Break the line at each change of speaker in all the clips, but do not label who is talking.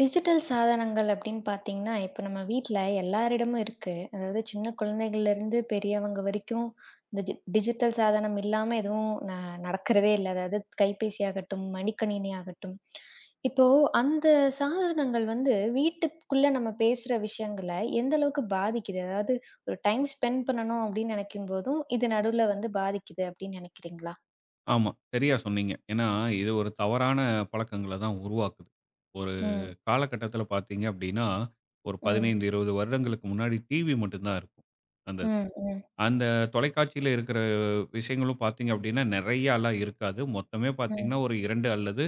Digital சாதனங்கள் அப்படின்னு பார்த்தீங்கன்னா, இப்ப நம்ம வீட்ல எல்லாரிடமும் இருக்கு. அதாவது சின்ன குழந்தைகள்லேருந்து பெரியவங்க வரைக்கும் இந்த ஜி டிஜிட்டல் சாதனம் இல்லாம எதுவும் நடக்கிறதே இல்ல. அதாவது கைபேசி ஆகட்டும், மடிக்கணினி ஆகட்டும். இப்போ அந்த சாதனங்கள் வந்து வீட்டுக்குள்ள நம்ம பேசுற விஷயங்கள எந்த அளவுக்கு பாதிக்குது? அதாவது ஒரு டைம் ஸ்பெண்ட் பண்ணணும் அப்படின்னு நினைக்கும் போதும், இது நடுவுல வந்து பாதிக்குது அப்படின்னு நினைக்கிறீங்களா?
ஆமா. சரியா சொன்னீங்க. ஏன்னா, இது ஒரு தவறான பழக்கங்கள தான் உருவாக்குது. ஒரு
ம்,
காலகட்டத்தில பார்த்தீங்க அப்படின்னா, ஒரு
ம்,
15, 20 வருடங்களுக்கு முன்னாடி டிவி மட்டும் தான் இருக்கும். அந்த இதுல.
ம், ம்,
அந்த தொலைக்காட்சியில இருக்கிற விஷயங்களும் பார்த்தீங்க அப்படின்னா, நெறையாலாம் இருக்காது. மொத்தமே
ம்,
பார்த்தீங்கன்னா, ஒரு 2 அல்லது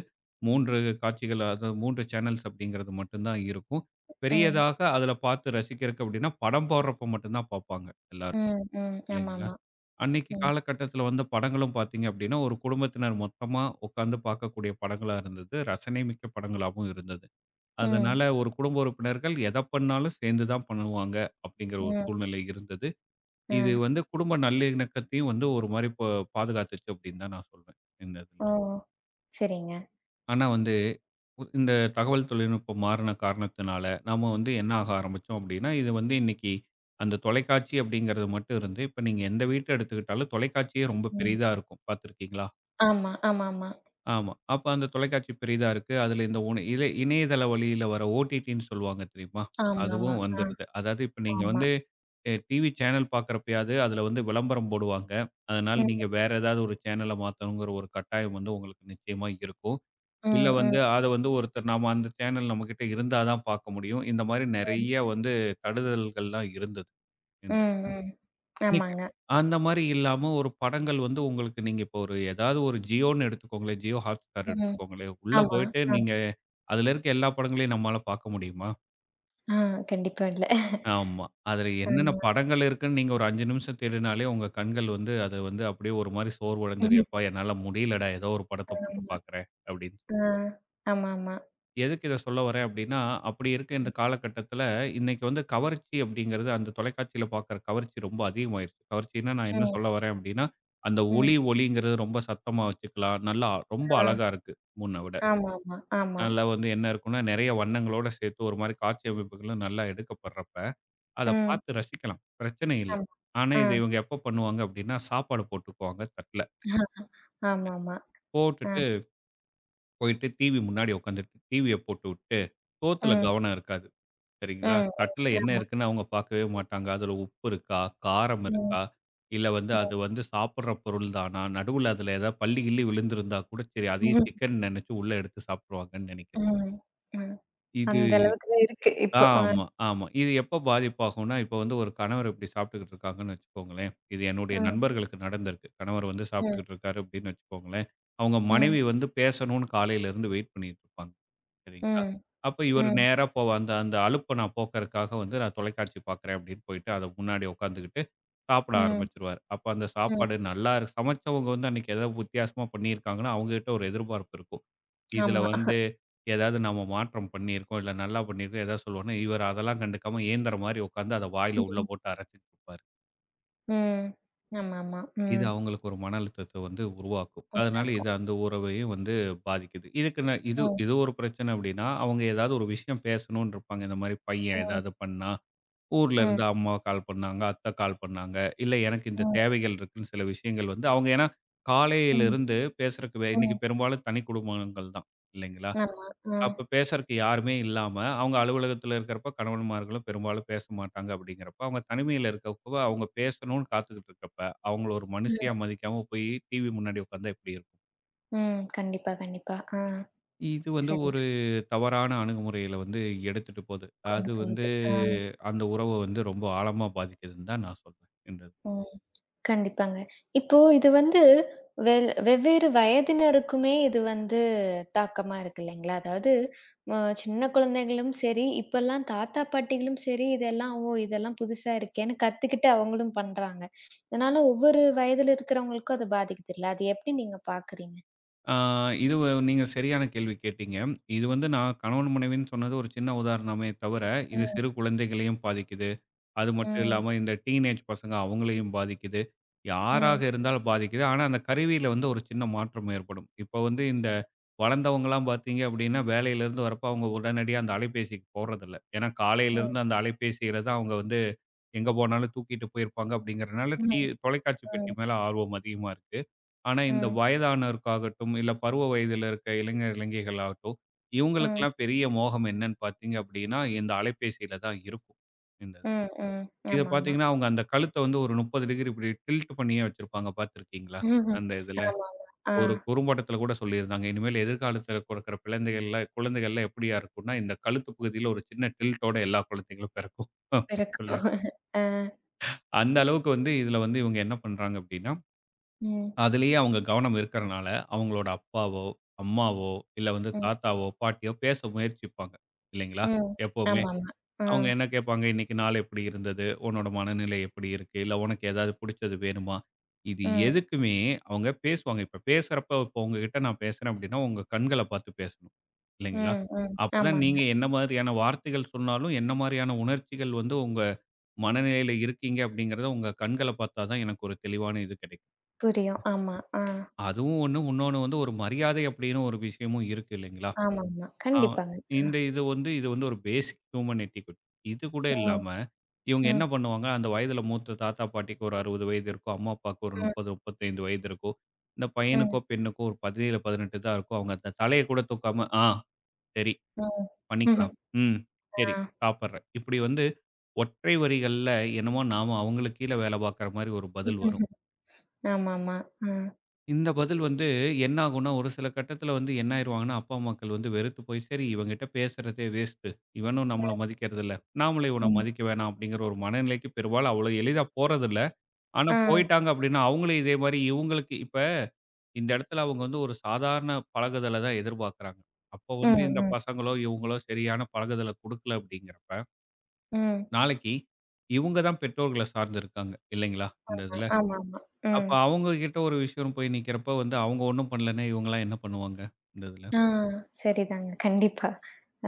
3 காட்சிகள் அதாவது 3 சேனல்ஸ் அப்படிங்கிறது மட்டும் தான் இருக்கும்.
ம்,
பெரியதாக அதில பார்த்து ரசிக்கிறதுக்கு அப்படின்னா, படம் போடுறப்ப மட்டும் தான் பார்ப்பாங்க எல்லாரும்.
ம், ம்.
இல்லைங்களா?
ஆமாமா.
அன்னைக்கு
ம்,
காலகட்டத்தில வந்த படங்களும் பார்த்தீங்க அப்படின்னா, ஒரு குடும்பத்தினர் மொத்தமா உட்கார்ந்து பார்க்கக்கூடிய படங்களா இருந்தது. ரசனை மிக்க படங்களாவும் இருந்தது.
ம்.
அதனால ஒரு குடும்ப உறுப்பினர்கள் எத பண்ணாலும் சேர்ந்து தான் பண்ணுவாங்க அப்படிங்கிற ஒரு
ம்.
சூழ்நிலை இருந்தது. இது
அ.
வந்து குடும்ப நல்லிணக்கத்தையும் வந்து ஒரு மாரி பாதுகாத்துச்சு அப்படின்னு தான் நான் சொல்வேன். இந்த இதுல.
ஓ! சரிங்க.
ஆனா வந்து இந்த தகவல் தொழில்நுட்பம் மாறுன காரணத்தினால, நாம வந்து என்ன ஆக ஆரம்பிச்சோம் அப்படின்னா, இது வந்து இன்னைக்கு அந்த தொலைக்காட்சி அப்படிங்கிறது மட்டும் இருந்து, இப்ப நீங்க எந்த வீட்ட எடுத்துக்கிட்டாலும் தொலைக்காட்சியே ரொம்ப
ம்.
பெரிதா இருக்கும். பார்த்திருக்கீங்களா?
ஆமா, ஆமாமா.
ஆமா. அப்ப அந்த தொலைக்காட்சி பெரிதா இருக்கு. அதுல இந்த உண இலை இணையதள வழியில வர ஓடிடின்னு சொல்லுவாங்க தெரியுமா?
ஆமாமா.
அதுவும்
ஆ,
வந்துருது. அதாவது இப்ப நீங்க
ஆமா.
வந்து எ டிவி சேனல் பார்க்குறப்பயாவது அதுல வந்து விளம்பரம் போடுவாங்க. அதனால
ம்,
நீங்க வேற ஏதாவது ஒரு சேனல மாத்தணுங்கிற ஒரு கட்டாயம் வந்து உங்களுக்கு நிச்சயமா இருக்கும். இல்ல
ம்,
வந்து
ம்,
அத வந்து ஒருத்தர் நாம அந்த சேனல் நம்மகிட்ட இருந்தா தான் பார்க்க முடியும். இந்த மாரி
ம்,
நெறைய வந்து தடுதல்கள்லாம் இருந்தது. இந்த
ம், ம்.
இன்னைக்கு
ஆமாங்க.
அந்த மாரி இல்லாம ஒரு படங்கள் வந்து உங்களுக்கு நீங்க இப்போ ஒரு ஏதாவது ஒரு ஜியோன்னு எடுத்துக்கோங்களேன், ஜியோ ஹாட்ஸ்டார்
ம்.
எடுத்துக்கோங்களேன். உள்ள
ஆமா.
போயிட்டு
ஆ,
நீங்க அதுல இருக்க எல்லா படங்களையும் நம்மால பார்க்க முடியுமா?
ஆ கண்டிப்பா இல்ல.
ஆமா. அதுல என்னென்ன
ஆமா.
படங்கள் இருக்குன்னு நீங்க ஒரு 5 நிமிஷம் தேடினாலே உங்க கண்கள் வந்து அது வந்து அப்படியே ஒரு மாரி சோர்வடைஞ்சிரும். "எப்பா என்னால முடியலடா! ஏதோ ஒரு படத்த போட்டு
ஆமா.
பார்க்குறேன்" அப்படின்னு
ஆ.
சொல்லிட்டு.
ஆமாமா.
எதுக்கு இத சொல்ல வரேன் அப்படின்னா, அப்படி இருக்க இந்த காலகட்டத்தில, இன்னைக்கு வந்து கவர்ச்சி அப்படிங்கிறது அந்த தொலைக்காட்சியில பார்க்குற கவர்ச்சி ரொம்ப அதிகமாயிருச்சு. கவர்ச்சின்னா நான் என்ன
ம்,
சொல்ல வரேன் அப்படின்னா, அந்த
ம்.
ஒலி ஒலிங்கிறது ரொம்ப சத்தமா வச்சுக்கலாம். நல்லா ரொம்ப
ஆ.
அழகா இருக்கு முன்ன விட.
ஆமாமா, ஆமா.
நல்லா வந்து என்ன இருக்கும்னா, நெறைய வண்ணங்களோட சேர்த்து ஒரு மாரி காட்சி அமைப்புகளும் நல்லா எடுக்கப்படுறப்ப, அத
ம்.
பார்த்து ரசிக்கலாம். பிரச்சனை இல்ல.
ஆமா.
ஆனா
ஆ.
இத இவங்க எப்போ பண்ணுவாங்க அப்படின்னா, சாப்பாடு போட்டுக்குவாங்க தட்ல.
ஆமாமா. ஆ.
போட்டுட்டு போயிட்டு டிவி முன்னாடி உட்காந்துட்டு, டிவிய போட்டுவிட்டு, சோத்துல
ம்,
கவனம் இருக்காது. சரிங்களா?
ம்,
தட்டுல
ம்.
என்ன
ஆமா.
இருக்குன்னு அவங்க பார்க்கவே மாட்டாங்க. அதுல உப்பு இருக்கா? காரம்
ம்,
இருக்கா? இல்ல வந்து
ம்.
அது வந்து சாப்பிடுற பொருள் தானா? நடுவுல அதுல ஏதாவது பல்லி கில்லி விழுந்திருந்தா கூட சரி அதையும்
ம்.
சிக்கன் நெனச்சு உள்ள எடுத்து சாப்ட்டுருவாங்கன்னு நெனைக்கிறேன்.
ம்.
இது
அந்த அளவுக்கு தான் இருக்கு இப்போ. அ.
ஆமா, ஆமா. இது எப்ப பாதிப்பாகும்னா, இப்ப வந்து ஒரு கணவர் இப்படி சாப்பிட்டுக்கிட்டு இருக்காங்கன்னு வச்சுக்கோங்களேன். இது என்னுடைய
ம்,
நண்பர்களுக்கு நடந்திருக்கு. கணவர் வந்து
ம்,
சாப்பிட்டுக்கிட்டு இருக்காரு அப்படின்னு வச்சுக்கோங்களேன். அவங்க
ம்.
மனைவி வந்து பேசணும்னு காலையில இருந்து வெயிட் பண்ணிட்டு இருப்பாங்க. சரிங்களா?
ம்.
அப்ப இவரு
ம்.
நேரா போ அந்த அந்த அலுப்ப நான் போக்குறதுக்காக வந்து நான் தொலைக்காட்சி பார்க்குறேன் அப்படின்னு போயிட்டு அத முன்னாடி உட்காந்துக்கிட்டு சாப்பிட
ம்.
ஆரம்பிச்சுருவாரு. அப்ப அந்த
ம்.
சாப்பாடு நல்லா சமைச்சவங்க வந்து அன்னைக்கு ஏதாவது வித்தியாசமா பண்ணியிருக்காங்கன்னா, அவங்ககிட்ட ஒரு எதிர்பார்ப்பு இருக்கும். இதுல
ஆமா.
வந்து ஏதாவது நம்ம மாற்றம் பண்ணியிருக்கோம், இல்ல நல்லா பண்ணியிருக்கோம் ஏதாவது சொல்லுவோம்னா, இவர் அதெல்லாம் கண்டுக்காம ஏந்தற மாரி உட்காந்து அத வாயில உள்ள
ம்.
போட்டு அரைச்சுட்டு இருப்பாரு.
ம். ஆமாமா.
இது
ம்.
அவங்களுக்கு ஒரு மன அழுத்தத்த வந்து உருவாக்கும். அதனால இது
உண்டாக்கும்.
அந்த உறவையும் வந்து பாதிக்குது. இதுக்கு நான் இது
ம்.
இது ஒரு பிரச்சனை அப்டின்னா, அவங்க ஏதாவது ஒரு விஷயம் பேசணும்னு இருப்பாங்க. இந்த மாரி பையன்
ம்.
ஏதாவது பண்ணா, ஊர்ல
ம்.
இருந்து அம்மா கால் பண்ணாங்க, அத்தை கால் பண்ணாங்க. இல்ல எனக்கு இந்த
ம்.
தேவைகள் இருக்குன்னு சில விஷயங்கள் வந்து அவங்க ஏன்னா
ம்.
காலையிலிருந்து பேசுறக்கு இன்னைக்கு
ம்.
பெரும்பாலும் தனி குடும்பங்கள் தான் இல்லைங்களா?
ஆமா. அ.
அப்ப பேசுறக்கு யாருமே இல்லாம, அவங்க அலுவலகத்தில இருக்கிறப்ப கணவன்மார்களும் பெரும்பாலும் பேச மாட்டாங்க அப்படிங்கிறப்ப, அவங்க தனிமையில இருக்கப்ப அவங்க பேசணும்னு காத்துக்கிட்டு இருக்கப்ப, அவங்கள ஒரு மனுஷியா
ம்.
மதிக்காம போய் டிவி முன்னாடி உட்கார்ந்தா எப்படி இருக்கும்?
ம். கண்டிப்பா, கண்டிப்பா. ஆ.
இது வந்து ஒரு
சரிதான்.
தவறான அணுகுமுறையில வந்து எடுத்துட்டு போது.
கொண்டு
அது வந்து
போகுது. ஆ.
அந்த உறவ வந்து ரொம்ப ஆழமா பாதிக்குதுன்னு தான் நான் சொல்வேன். இந்த இது.
ம். கண்டிப்பாங்க. இப்போ இது வந்து வெவ்வேறு வயதினருக்குமே இது வந்து தாக்கமா இருக்கு இல்லைங்களா? அதாவது சின்ன குழந்தைகளும் சரி, இப்பல்லாம் தாத்தா, பாட்டிகளும் சரி, இதெல்லாம் ஓ! இதெல்லாம் புதுசா இருக்கேன்னு கத்துக்கிட்டு அவங்களும் பண்றாங்க. இதனால ஒவ்வொரு வயதில இருக்கிறவங்களுக்கும் அது பாதிக்குதுல்ல. அது எப்படி நீங்க பாக்குறீங்க?
ஆ இது நீங்க சரியான கேள்வி கேட்டீங்க. இது வந்து நான் கணவன், மனைவின்னு சொன்னது ஒரு சின்ன உதாரணமே தவிர, இது
ம்,
சிறு குழந்தைகளையும் பாதிக்குது. அது மட்டும்
ம்,
இல்லாம இந்த டீனேஜ் பசங்க அவங்களையும் பாதிக்குது. யாராக
ம்,
இருந்தாலும் பாதிக்குது. ஆனா, அந்த கருவியில வந்து ஒரு சின்ன மாற்றம் ஏற்படும். இப்ப வந்து இந்த வளர்ந்தவங்கலாம் பார்த்தீங்க அப்படின்னா, வேலையிலேருந்து வரப்போ அவங்க உடனடியா அந்த அலைபேசிக்கு போறதில்ல. ஏன்னா
ம்,
காலையிலேருந்து அந்த அலைபேசியில தான் அவங்க வந்து எங்க போனாலும் தூக்கிட்டு போயிருப்பாங்க அப்படிங்கிறனால,
ம்,
தொலைக்காட்சி பெட்டி
ம்,
மேல ஆர்வம் அதிகமா இருக்கு. ஆனா, இந்த
ம்,
வயதானோருக்காகட்டும், இல்ல பருவ வயதில இருக்க இளைஞர், இளைஞிகள் ஆகட்டும்,
ம்,
இவங்களுக்கெல்லாம் பெரிய மோகம் என்னன்னு பார்த்தீங்க அப்படின்னா, இந்த அலைபேசியில தான் இருக்கும். இந்த
ம், ம்.
இத
ஆமாமா.
பார்த்தீங்கன்னா, அவங்க அந்த கழுத்த வந்து ஒரு 30 டிகிரி இப்படி டில்ட் பண்ணியே வச்சிருப்பாங்க பார்த்திருக்கீங்களா?
ஆமாமா.
அந்த இதுல.
ஆ.
ஒரு குறும்படத்துல கூட சொல்லியிருந்தாங்க. இனிமேல் எதிர்காலத்துல பொறக்கிற பிள்ளைங்கள்லாம் குழந்தைகள்லாம் எப்படியா இருக்கும்னா, இந்த கழுத்து பகுதியில ஒரு சின்ன டில்ட்டோட எல்லா குழந்தைகளும் பிறக்கும். அப்படின்னு
பெருக்கம்.
சொல்லிட்டு.
ஆ.
அந்த அளவுக்கு வந்து இதுல வந்து இவங்க என்ன பண்றாங்க அப்படின்னா,
ம்.
அதிலேயே அவங்க கவனம் இருக்கிறனால, அவங்களோட அப்பாவோ, அம்மாவோ, இல்ல வந்து
ம்.
தாத்தாவோ, பாட்டியோ பேச முயற்சிப்பாங்க. இல்லைங்களா?
ம்.
எப்பவுமே.
ஆமாமா.
அவங்க
ம்.
என்ன கேட்பாங்க, "இன்னைக்கு நாள் எப்படி இருந்தது? உன்னோட மனநிலை எப்படி இருக்கு? இல்ல உனக்கு ஏதாவது புடிச்சது வேணுமா?" இது
ம்.
எதுக்குமே அவங்க பேசுவாங்க. இப்ப பேசுறப்ப இப்ப உங்ககிட்ட நான் பேசுறேன் அப்படின்னா, உங்க கண்கள பார்த்து பேசணும். இல்லைங்களா?
ம். ம்.
அப்பதான்
ஆமாங்க.
நீங்க என்ன மாதிரியான வார்த்தைகள் சொன்னாலும், என்ன மாரியான உணர்ச்சிகள் வந்து உங்க மனநிலையில இருக்கீங்க அப்படிங்கிறத உங்க கண்கள பார்த்தா தான் எனக்கு ஒரு தெளிவான இது கிடைக்கும்.
புரியும். ஆமா. ஆ.
அதுவும் ஒண்ணு. இன்னொன்னு வந்து ஒரு மரியாதை அப்படின்னு ஒரு விஷயமும் இருக்கு இல்லைங்களா?
ஆமாமா.
ஆ.
கண்டிப்பாங்க. ஆ.
இந்த இது வந்து ஒரு பேசிக் ஹியூமன் எட்டிக்யூட். இது கூட
ம்.
இல்லாம, இவங்க என்ன
ம்.
பண்ணுவாங்க, அந்த வயதில மூத்த தாத்தா, பாட்டிக்கு ஒரு 60 வயது இருக்கும். அம்மா, அப்பாவுக்கு ஒரு
ம்.
30, 35 வயது இருக்கும். இந்த
ம்.
பையனுக்கோ, பெண்ணுக்கோ ஒரு 17, 18 தான் இருக்கும். அவங்க அந்த தலைய கூட தூக்காம, "ஆ சரி
ம்.
பண்ணிக்கலாம்.
ம்ஹ்ம்.
ம் சரி
ஆ.
சாப்பிடுறேன்." இப்படி வந்து ஒற்றை வரிகள்ல என்னமோ நாம அவங்களுக்கு கீழ வேல பார்க்குற மாரி ஒரு பதில் வரும்.
ஆமாமா. ஆ.
இந்த பதில் வந்து என்ன ஆகும்னா, ஒரு சில கட்டத்தில வந்து என்ன ஆயிருவாங்கன்னா, அப்பா, அம்மாக்கள் வந்து வெறுத்து போய், "சரி இவன்கிட்ட பேசுறதே வேஸ்ட்டு. இவனும் நம்மள
ம்.
மதிக்கிறதில்ல. நாமளும் இவன
ம்.
மதிக்க வேணாம்." அப்படிங்கிற ஒரு மனநிலைக்கு பெரும்பாலும் அவ்வளோ எளிதா போறதில்ல. ஆனா
ஆ.
போயிட்டாங்க அப்படின்னா, அவங்களும் இதே மாரி இவங்களுக்கு இப்ப இந்த இடத்துல அவங்க வந்து ஒரு சாதாரண பழகுதல தான் எதிர்பார்க்குறாங்க. அப்போ
ம்.
வந்து இந்த
ம்.
பசங்களோ, இவங்களோ சரியான பழகுதல குடுக்கல அப்படிங்கிறப்ப,
ம்.
நாளைக்கு இவங்க தான் பெற்றோர்கள சார்ந்து இருக்காங்க இல்லைங்களா? இந்த இதுல.
ஆமாமா.
அப்ப
ம்.
அவங்க கிட்ட ஒரு விஷயம் போய் நிக்கிறப்ப வந்து அவங்க ஒண்ணும் பண்ணலன்னா, இவங்கலாம் என்ன பண்ணுவாங்க? இந்த இதுல.
ஆ. சரிதாங்க. கண்டிப்பா.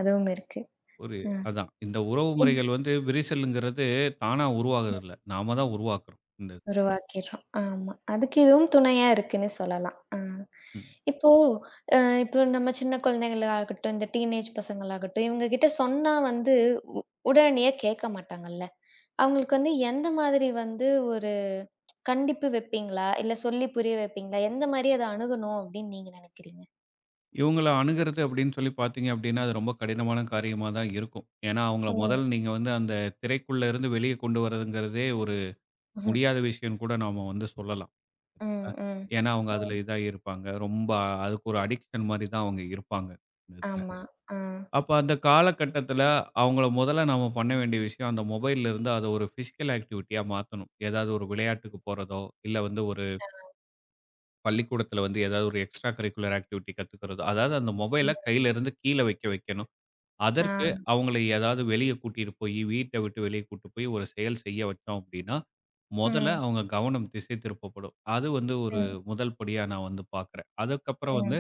அதுவும் இருக்கு.
ஒரு அதான். இந்த உறவு
அ.
முறைகள் வந்து விரிசல்ங்கிறது தானா உருவாகுறது இல்ல. நாம தான் உருவாக்குறோம். இந்த இது.
உருவாக்கிறோம். ஆமா. அதுக்கு இதுவும் துணையா இருக்குன்னு சொல்லலாம். ஆ.
ம்.
இப்போ அ இப்போ நம்ம சின்ன குழந்தைங்களாகட்டும், இந்த டீனேஜ் பசங்களாகட்டும், இவங்க கிட்ட சொன்னா வந்து உ உடனடியா கேட்க மாட்டாங்கல்ல. அவங்களுக்கு வந்து எந்த மாதிரி வந்து ஒரு கண்டிப்பு வைப்பீங்களா? இல்ல சொல்லி புரிய வைப்பீங்களா? எந்த மாரி அத அணுகணும் அப்படின்னு நீங்க நினைக்கிறீங்க?
இவங்கள அணுகுறது அப்படின்னு சொல்லி பார்த்தீங்க அப்படின்னா, அது ரொம்ப கடினமான காரியமா தான் இருக்கும். ஏன்னா, அவங்கள
ம்.
முதல்ல நீங்க வந்து அந்த திரைக்குள்ள இருந்து வெளிய கொண்டு வரதுங்கிறதே ஒரு
ம்.
முடியாத விஷயம்னு கூட நாம வந்து சொல்லலாம்.
ம். ம்.
ஏன்னா, அவங்க அதுல
ம்.
இதாகி இருப்பாங்க. ரொம்ப அதுக்கு ஒரு அடிக்ஷன் மாரி தான் அவங்க இருப்பாங்க. இந்த இதுல.
ஆமா. ஆ.
அப்ப அந்த காலகட்டத்தில அவங்கள முதல்ல நாம பண்ண வேண்டிய விஷயம், அந்த மொபைல்ல இருந்து அத ஒரு பிசிக்கல் ஆக்டிவிட்டியா மாத்தணும். ஏதாவது ஒரு விளையாட்டுக்கு போறதோ, இல்ல வந்து ஒரு பள்ளிக்கூடத்தில வந்து ஏதாவது ஒரு எக்ஸ்ட்ரா கரிக்குலர் ஆக்டிவிட்டி கத்துக்கிறதோ, அதாவது அந்த மொபைல
ம்.
கையில இருந்து கீழ வைக்க வைக்கணும்.
ஆ.
அதற்கு அவங்கள ஏதாவது வெளிய கூட்டிட்டு போயி, வீட்ட விட்டு வெளிய கூட்டு போய் ஒரு செயல் செய்ய வச்சோம் அப்டின்னா, மொதல்ல
ம்.
அவங்க கவனம் திசை திருப்பப்படும். அது வந்து ஒரு
ம்.
முதல் படியா நான் வந்து பார்க்குறேன். அதுக்கப்புறம்
ம்.
வந்து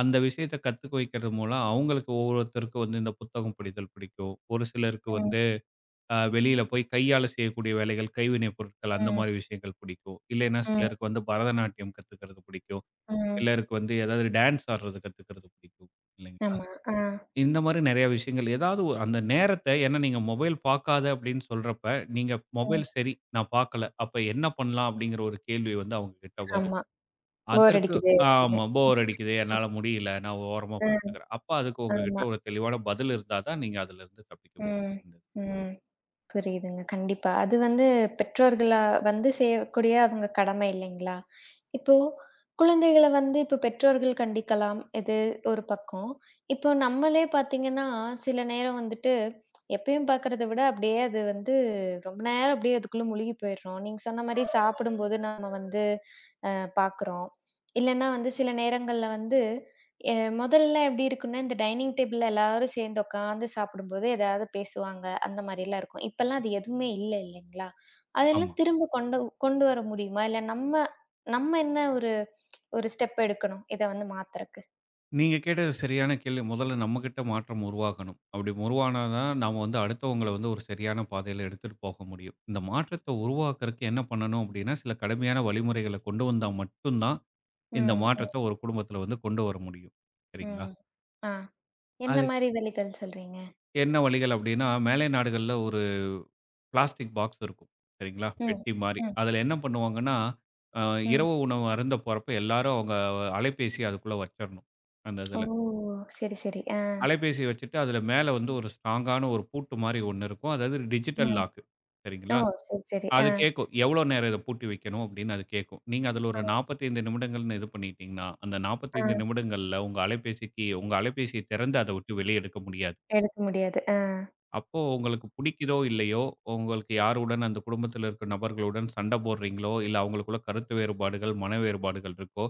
அந்த விஷயத்த கத்துக்க வைக்கிறது மூலம் அவங்களுக்கு ஒவ்வொருத்தருக்கும் வந்து இந்த புத்தகம் படித்தல் பிடிக்கும். ஒரு சிலருக்கு
ம்.
வந்து வெளியில போய் கையால செய்யக்கூடிய வேலைகள், கைவினைப் பொருட்கள் அந்த
ம்.
மாரி விஷயங்கள் பிடிக்கும். இல்லைன்னா
ம்.
சிலருக்கு வந்து பரதநாட்டியம் கத்துக்கிறது பிடிக்கும்.
ம்.
சிலருக்கு வந்து ஏதாவது டான்ஸ் ஆடுறது கத்துக்கிறது பிடிக்கும். இல்லைங்
ஆமா. ஆ.
இந்த மாரி நெறைய விஷயங்கள். ஏதாவது அந்த நேரத்த ஏன்னா நீங்க மொபைல் பார்க்காத அப்படின்னு சொல்றப்ப, நீங்க
ம்.
மொபைல் சரி நான் பார்க்கல. அப்ப என்ன பண்ணலாம்? அப்படிங்கிற ஒரு கேள்வி வந்து அவங்க கிட்ட வரும்.
ஆமா. போர்
அதற்கு
அடிக்குது அப்படின்னு.
ஆமா போர் அடிக்குது. என்னால முடியல. நான் ஓரமா
ம்.
படுத்துக்கிறேன். அப்ப அதுக்கு உங்ககிட்ட
ஆமா.
ஒரு தெளிவான பதில் இருந்தா தான் நீங்க அதிலிருந்து தப்பிக்க
ம்.
முடியும்.
ம். புரியுதுங்க. கண்டிப்பா. அது வந்து பெற்றோர்களா வந்து செய்யக்கூடிய அவங்க கடமை இல்லைங்களா? இப்போ குழந்தைகள வந்து இப்போ பெற்றோர்கள் கண்டிக்கலாம். இது ஒரு பக்கம். இப்போ நம்மளே பார்த்தீங்கன்னா, சில நேரம் வந்துட்டு எப்பயும் பார்க்கறத விட அப்படியே அது வந்து ரொம்ப நேரம் அப்படியே அதுக்குள்ள முழுகி போயிடுறோம். நீங்க சொன்ன மாரி சாப்பிடும்போது நாம வந்து அ பார்க்குறோம். இல்லன்னா வந்து சில நேரங்கள்ல வந்து எ முதல்ல எப்படி இருக்கும்னா, இந்த டைனிங் டேபிள்ல எல்லாரும் சேர்ந்து உட்காந்து சாப்பிடும்போது, ஏதாவது பேசுவாங்க. அந்த மாரிலாம் இருக்கும். இப்பலாம் அது எதுவுமே இல்ல இல்லைங்களா?
ஆமா.
அதெல்லாம் திரும்ப கொண்டு கொண்டு வர முடியுமா? இல்ல நம்ம நம்ம என்ன ஒரு ஒரு ஸ்டெப் எடுக்கணும், இத வந்து மாத்துறக்கு?
நீங்க கேட்டது சரியான கேள்வி. முதல்ல நம்மகிட்ட மாற்றம் உருவாகணும். அப்படி உருவானா தான், நாம வந்து அடுத்தவங்கள வந்து ஒரு சரியான பாதையில எடுத்துட்டு போக முடியும். இந்த மாற்றத்த உருவாக்குறதுக்கு என்ன பண்ணணும் அப்படின்னா, சில கடுமையான வழிமுறைகள கொண்டு வந்தா மட்டும் தான், இந்த
ம், ம்,
மாற்றத்த ஒரு குடும்பத்தில வந்து கொண்டு வர முடியும். சரிங்களா?
ம். ஆ. என்ன
அதுக்கு
மாரி வழிகள் சொல்றீங்க?
என்ன வழிகள் அப்படின்னா, மேலை நாடுகள்ல ஒரு பிளாஸ்டிக் பாக்ஸ் இருக்கும். சரிங்களா?
ம்,
பெட்டி மாரி.
ம்,
அதில என்ன பண்ணுவாங்கன்னா, அ
ம்.
இரவு உணவு அருந்த போறப்ப எல்லாரும் அவங்க அலைபேசிய அதுக்குள்ள வச்சிரணும். அந்த
ஓ!
இதுல.
சரி, சரி. ஆ.
அலைபேசி வச்சுட்டு அதில மேல வந்து ஒரு ஸ்ட்ராங்கான ஒரு பூட்டு மாரி ஒண்ணு இருக்கும். அதாவது டிஜிட்டல்
ம்.
Lock
oh!
சரிங்களா?
சரி, சரி. ஆ,
அது கேட்கும். எவ்வளோ நேரம் இத பூட்டி வைக்கணும் அப்படின்னு அது கேட்கும். நீங்க அதில
ஆ,
ஒரு 45 நிமிடங்கள்னு இது பண்ணிட்டீங்கன்னா, அந்த 45
ஆ.
நிமிடங்கள்ல உங்க அலைபேசிய திறந்து அத விட்டு வெளிய எடுக்க முடியாது.
எடுக்க முடியாது. ஆ.
அப்போ உங்களுக்கு பிடிக்குதோ இல்லையோ, உங்களுக்கு யாருடன் அந்த குடும்பத்தில இருக்கிற நபர்களுடன் சண்டை போடுறீங்களோ, இல்ல அவங்களுக்குள்ள கருத்து வேறுபாடுகள், மன வேறுபாடுகள் இருக்கோ,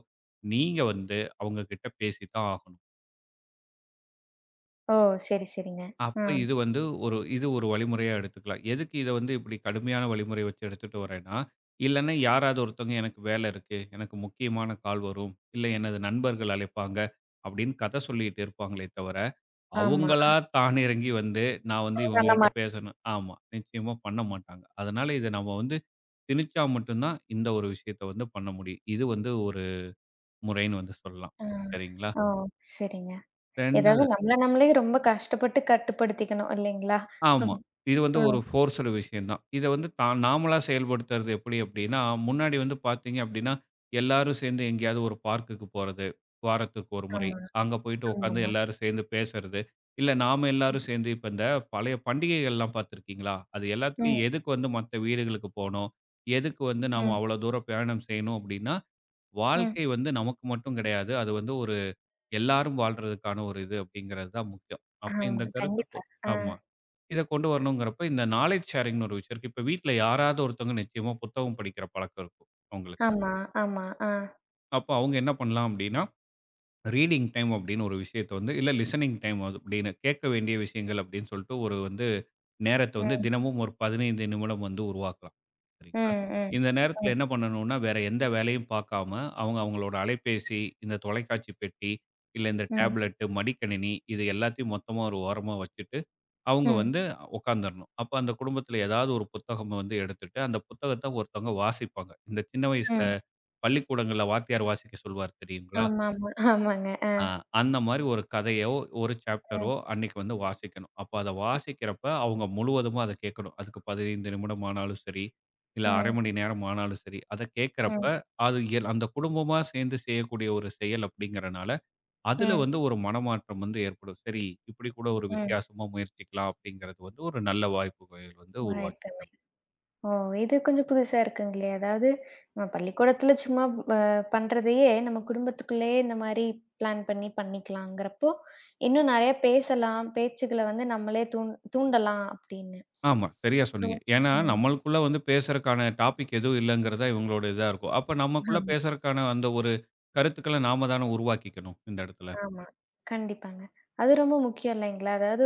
நீங்க வந்து அவங்க கிட்ட பேசி தான் ஆகணும்.
ஓ! சரி, சரிங்க.
அப்ப
ஆ.
இது வந்து இது ஒரு வழிமுறையா எடுத்துக்கலாம். எதுக்கு இத வந்து இப்டி கடுமையான வழிமுறை வச்சு எடுத்துட்டு வரேன்னா, இல்லன்னா யாராவது ஒருத்தவங்க எனக்கு வேல இருக்கு, எனக்கு முக்கியமான கால் வரும், இல்ல எனது நண்பர்கள் அழைப்பாங்க அப்டின்னு கத சொல்லிட்டு இருப்பாங்களே தவிர,
ஆமா.
அவங்களா தான் இறங்கி வந்து நான் வந்து
ஆனா நம்ம.
இவங்ககிட்ட பேசணும் ஆமா, நிச்சயமா பண்ண மாட்டாங்க. அதனால இத நம்ம வந்து திணிச்சா மட்டும் தான் இந்த ஒரு விஷயத்த வந்து பண்ண முடியும். இது வந்து ஒரு முறைன்னு வந்து சொல்லலாம்.
ஆ.
சரிங்களா?
ஓ! சரிங்க.
2
ஏதாவது நம்மள நம்மளே ரொம்ப கஷ்டப்பட்டு கட்டுப்படுத்திக்கணும் இல்லைங்களா?
ஆமா. இது வந்து ஒரு
ம்.
ஃபோர்ஸ்டு விஷயம் தான். இத வந்து தான் நாமளா செயல்படுத்துறது எப்படி அப்படின்னா, முன்னாடி வந்து பார்த்தீங்க அப்படின்னா, எல்லாரும் சேர்ந்து எங்கேயாவது ஒரு பார்க்குக்கு போறது. வாரத்துக்கு ஒரு முறை.
ஆமா,
அங்க போயிட்டு உட்காந்து
ஆமாமா.
எல்லாரும் சேர்ந்து பேசுறது. இல்ல நாம எல்லாரும் சேர்ந்து இப்ப இந்த பழைய பண்டிகைகள்லாம் பார்த்திருக்கீங்களா? அது
ம்,
எல்லாத்துலயும் எதுக்கு வந்து மத்த வீடுகளுக்கு போணும்? எதுக்கு வந்து நாம
ம்,
அவ்வளோ தூரம் பிரயாணம் செய்யணும் அப்படின்னா,
ம்.
வாழ்க்கை வந்து நமக்கு மட்டும் கிடையாது. அது வந்து ஒரு எல்லாரும் வாழ்றதுக்கான ஒரு இது அப்படிங்கிறது தான் முக்கியம். அப்ப
ஆமா,
இந்த கருத்து
கண்டிப்பா. ஆ.
ஆமா. இத கொண்டு வரணுங்கிறப்ப, இந்த நாலேட்ஜ் ஷேரிங்ன்னு ஒரு விஷயம் இருக்கு. இப்ப வீட்ல யாராவது ஒருத்தவங்க நிச்சயமா புத்தகம் படிக்கிற பழக்கம் இருக்கும் அவங்களுக்கு.
ஆமா, ஆமா. ஆ.
அப்போ அவங்க என்ன பண்ணலாம் அப்படின்னா, ரீடிங் டைம் அப்படின்னு ஒரு விஷயத்த வந்து இல்ல லிசனிங் டைம் அப்படின்னு கேட்க வேண்டிய விஷயங்கள் அப்படின்னு சொல்லிட்டு ஒரு வந்து நேரத்த வந்து
ம்,
தினமும் ஒரு 15 நிமிடம் வந்து உருவாக்கலாம்.
ம்,
சரிங்களா?
ம்,
இந்த நேரத்துல
ம்,
என்ன பண்ணணும்னா, வேற எந்த வேலையும் பார்க்காம அவங்க அவங்களோட அலைபேசி, இந்த தொலைக்காட்சி பெட்டி, இல்ல இந்த
ம்,
டேப்லெட், மடிக்கணினி இது எல்லாத்தையும் மொத்தமா ஒரு ஓரமா வச்சுட்டு, அவங்க
ம்,
வந்து உட்காந்துரணும். அப்ப அந்த குடும்பத்துல ஏதாவது ஒரு புத்தகம் வந்து எடுத்துட்டு, அந்த புத்தகத்த ஒருத்தவங்க வாசிப்பாங்க. இந்த சின்ன வயசுல
ம்.
பள்ளிக்கூடங்கள்ல வாத்தியார் வாசிக்க சொல்வார் தெரியுங்களா?
ஆமாமா. ஆமாங்க. ஆ.
ஆ, அந்த மாரி ஒரு கதையோ, ஒரு சாப்டரோ
ம்,
அன்னைக்கு வந்து வாசிக்கணும். அப்ப அத வாசிக்கிறப்ப அவங்க முழுவதுமா அத கேட்கணும். அதுக்கு 15 நிமிடம் ஆனாலும் சரி, இல்ல 1/2
ம்,
மணி நேரம் ஆனாலும் சரி, அத கேட்கிறப்ப
ம்,
அது அந்த குடும்பமா சேர்ந்து செய்யக்கூடிய ஒரு செயல் அப்படிங்கிறனால, அதுல
ம்,
வந்து ஒரு மனமாற்றம் வந்து ஏற்படும். சரி, இப்படி கூட ஒரு
ம்.
வித்தியாசமா முயற்சிக்கலாம் அப்படிங்கிறது வந்து ஒரு நல்ல வாய்ப்புகள் வந்து உருவாக்கி
வாய்ப்பு. ஓ! இது கொஞ்சம் புதுசா இருக்குங்களே! அதாவது நம்ம பள்ளிக்கூடத்துல சும்மா அ பண்றதையே, நம்ம குடும்பத்துக்குள்ளேயே இந்த மாரி பிளான் பண்ணி பண்ணிக்கலாங்கிறப்போ, இன்னும் நெறைய பேசலாம், பேச்சுக்கள வந்து நம்மளே தூண்டலாம் அப்படின்னு.
ஆமா. சரியா
இப்போ.
சொன்னீங்க. ஏன்னா,
ம்.
நம்மளுக்குள்ள வந்து பேசுறக்கான டாபிக் எதுவும் இல்லங்கிறது தான் இவங்களோட இதா இருக்கும். அப்ப நமக்குள்ள
ஆமா,
பேசுறக்கான அந்த ஒரு கருத்துக்கள நாம தான உருவாக்கிக்கணும், இந்த இடத்துல.
ஆமா. கண்டிப்பாங்க. அது ரொம்ப முக்கியம் இல்லைங்களா? அதாவது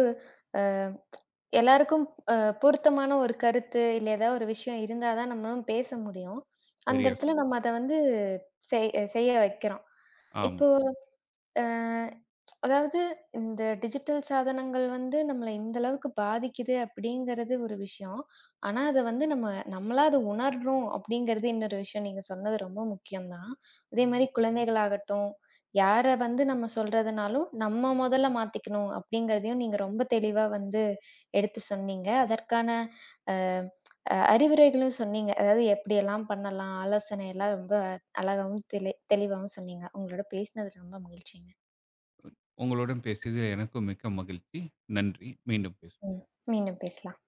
அ எல்லாருக்கும் அ பொருத்தமான ஒரு கருத்து, இல்ல ஏதாவது ஒரு விஷயம் இருந்தா தான் நம்மளும் பேச முடியும். அந்த
சரியா சொ-
இடத்துல நம்ம அத வந்து செய் செய்ய வைக்கிறோம்.
ஆமா.
இப்போ அ அதாவது இந்த டிஜிட்டல் சாதனங்கள் வந்து நம்மள இந்த அளவுக்கு பாதிக்குது அப்படிங்கிறது ஒரு விஷயம். ஆனா, அத வந்து நம்மளா அத உணர்றோம் அப்படிங்கிறது இன்னொரு விஷயம். நீங்க சொன்னது ரொம்ப முக்கியம் தான். அதே மாரி குழந்தைகளாகட்டும், யார வந்து நம்ம சொல்றதுனாலும் நம்ம முதல்ல மாத்திக்கணும் அப்படிங்கிறதையும் நீங்க ரொம்ப தெளிவா வந்து எடுத்து சொன்னீங்க. அதற்கான அ அ அறிவுரைகளும் சொன்னீங்க. அதாவது எப்படியெல்லாம் பண்ணலாம்? ஆலோசனை எல்லாம் ரொம்ப அழகாவும் தெளிவாவும் சொன்னீங்க. உங்களோட பேசினது ரொம்ப மகிழ்ச்சிங்க.
உங்களுடன் பேசியதில் எனக்கும் மிக்க மகிழ்ச்சி. நன்றி. மீண்டும் பேசுவோம்.
ம். மீண்டும் பேசலாம்.